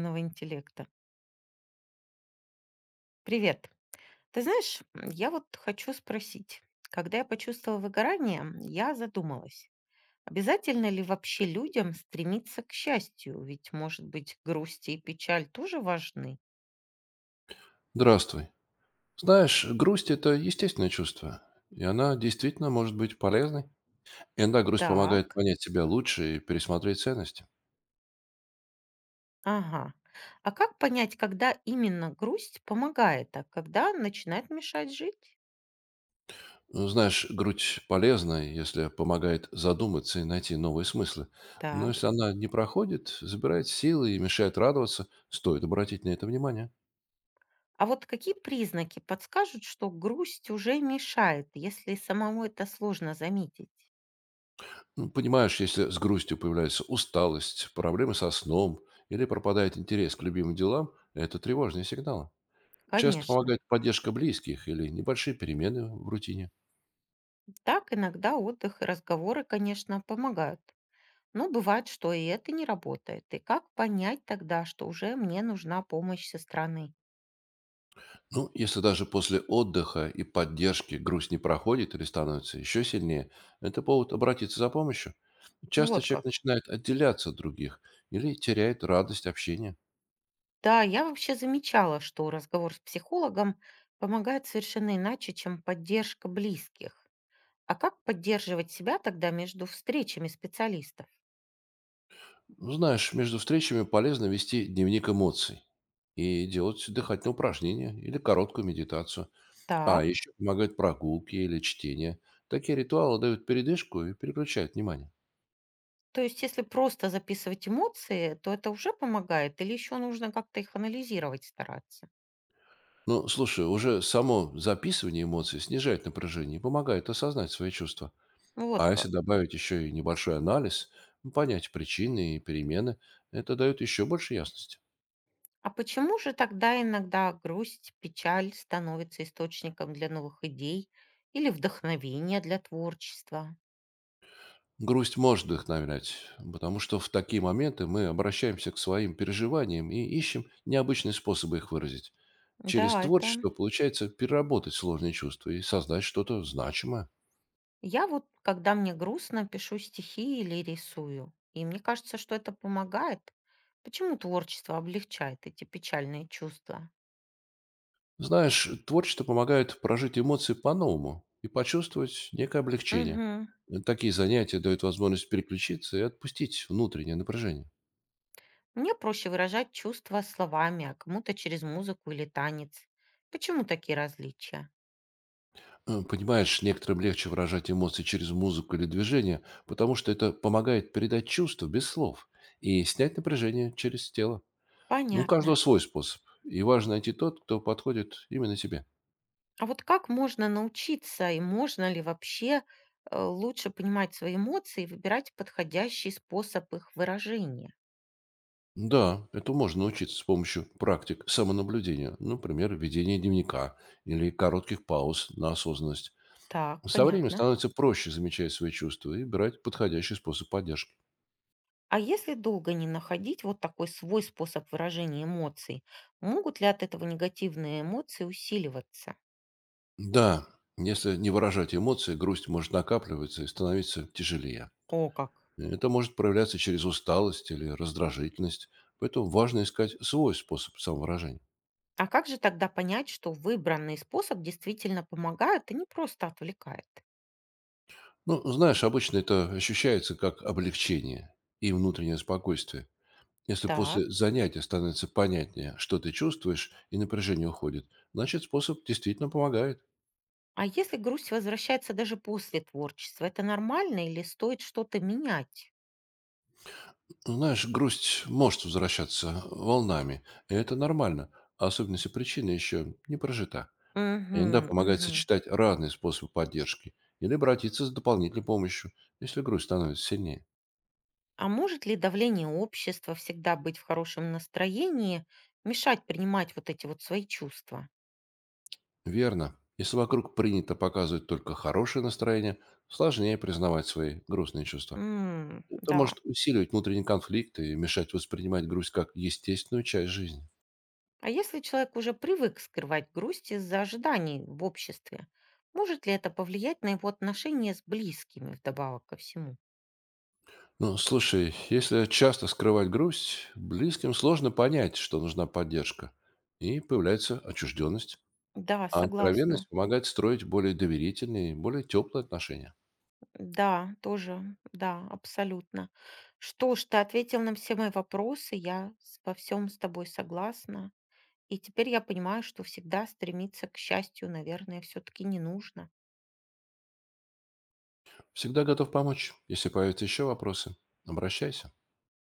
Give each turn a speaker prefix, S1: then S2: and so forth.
S1: Искусственного интеллекта. Привет. Ты знаешь, я вот хочу спросить. Когда я почувствовала выгорание, я задумалась. Обязательно ли вообще людям стремиться к счастью? Ведь, может быть, грусть и печаль тоже важны.
S2: Здравствуй. Знаешь, грусть– это естественное чувство, и она действительно может быть полезной. Иногда грусть помогает
S1: Так,
S2: понять себя лучше и пересмотреть ценности.
S1: ага. А как понять, когда именно грусть помогает, а когда начинает мешать жить?
S2: Ну, знаешь, грусть полезна, если помогает задуматься и найти новые смыслы. Но если
S1: Так.
S2: она не проходит, забирает силы и мешает радоваться, стоит обратить на это внимание.
S1: А вот какие признаки подскажут, что грусть уже мешает, если самому это сложно заметить?
S2: Ну, понимаешь, если с грустью появляется усталость, проблемы со сном или пропадает интерес к любимым делам, это тревожные сигналы. Часто
S1: Конечно.
S2: помогает поддержка близких или небольшие перемены в рутине.
S1: Так, иногда отдых и разговоры, конечно, помогают. Но бывает, что и это не работает. И как понять тогда, что уже мне нужна помощь со стороны?
S2: Ну, если даже после отдыха и поддержки грусть не проходит или становится еще сильнее, это повод обратиться за помощью. Часто
S1: Вот
S2: человек
S1: как.
S2: начинает отделяться от других или теряет радость общения.
S1: Да, я вообще замечала, что разговор с психологом помогает совершенно иначе, чем поддержка близких. А как поддерживать себя тогда между встречами специалистов?
S2: Ну, знаешь, между встречами полезно вести дневник эмоций и делать дыхательные упражнения или короткую медитацию. А
S1: Так.
S2: еще помогают прогулки или чтение. Такие ритуалы дают передышку и переключают внимание.
S1: То есть, если просто записывать эмоции, то это уже помогает, или еще нужно как-то их анализировать, стараться?
S2: Ну, слушай, уже само записывание эмоций снижает напряжение и помогает осознать свои чувства.
S1: Вот
S2: А если
S1: как.
S2: добавить еще и небольшой анализ, ну, понять причины и перемены, это дает еще больше ясности.
S1: А почему же тогда иногда грусть, печаль становится источником для новых идей или вдохновения для творчества?
S2: Грусть может вдохновлять, потому что в такие моменты мы обращаемся к своим переживаниям и ищем необычные способы их выразить. Через
S1: Да, это...
S2: творчество получается переработать сложные чувства и создать что-то значимое.
S1: Я вот, когда мне грустно, пишу стихи или рисую. И мне кажется, что это помогает. Почему творчество облегчает эти печальные чувства?
S2: Знаешь, творчество помогает прожить эмоции по-новому и почувствовать некое облегчение.
S1: Угу.
S2: Такие занятия дают возможность переключиться и отпустить внутреннее напряжение.
S1: Мне проще выражать чувства словами, а кому-то через музыку или танец. Почему такие различия?
S2: Понимаешь, некоторым легче выражать эмоции через музыку или движение, потому что это помогает передать чувства без слов и снять напряжение через тело. Ну, у каждого
S1: Понятно.
S2: свой способ, и важно найти тот, кто подходит именно тебе.
S1: А вот как можно научиться и можно ли вообще лучше понимать свои эмоции и выбирать подходящий способ их выражения?
S2: Да, это можно научиться с помощью практик самонаблюдения, например, ведения дневника или коротких пауз на осознанность.
S1: Так,
S2: Со временем
S1: понятно.
S2: становится проще замечать свои чувства и брать подходящий способ поддержки.
S1: А если долго не находить вот такой свой способ выражения эмоций, могут ли от этого негативные эмоции усиливаться?
S2: Да, если не выражать эмоции, грусть может накапливаться и становиться тяжелее.
S1: О, как.
S2: Это может проявляться через усталость или раздражительность, поэтому важно искать свой способ самовыражения.
S1: А как же тогда понять, что выбранный способ действительно помогает, а не просто отвлекает?
S2: Ну, знаешь, обычно это ощущается как облегчение и внутреннее спокойствие. Если
S1: Так.
S2: после занятия становится понятнее, что ты чувствуешь, и напряжение уходит, значит, способ действительно помогает.
S1: А если грусть возвращается даже после творчества, это нормально или стоит что-то менять?
S2: Ну, знаешь, грусть может возвращаться волнами, и это нормально, особенно если причина еще не прожита. Иногда
S1: Мгм,
S2: помогает
S1: мгм.
S2: сочетать разные способы поддержки или обратиться за дополнительной помощью, если грусть становится сильнее.
S1: А может ли давление общества всегда быть в хорошем настроении, мешать принимать вот эти вот свои чувства?
S2: Верно. Если вокруг принято показывать только хорошее настроение, сложнее признавать свои грустные чувства.
S1: М,
S2: Это
S1: да.
S2: может усиливать внутренний конфликт и мешать воспринимать грусть как естественную часть жизни.
S1: А если человек уже привык скрывать грусть из-за ожиданий в обществе, может ли это повлиять на его отношения с близкими вдобавок ко всему?
S2: Ну, слушай, если часто скрывать грусть, близким сложно понять, что нужна поддержка, и появляется отчужденность.
S1: Да,
S2: А
S1: согласна.
S2: откровенность помогает строить более доверительные, более теплые отношения.
S1: Да, тоже, да, абсолютно. Что ж, ты ответил на все мои вопросы, я во всем с тобой согласна. И теперь я понимаю, что всегда стремиться к счастью, наверное, все-таки не нужно.
S2: Всегда готов помочь. Если появятся еще вопросы, обращайся.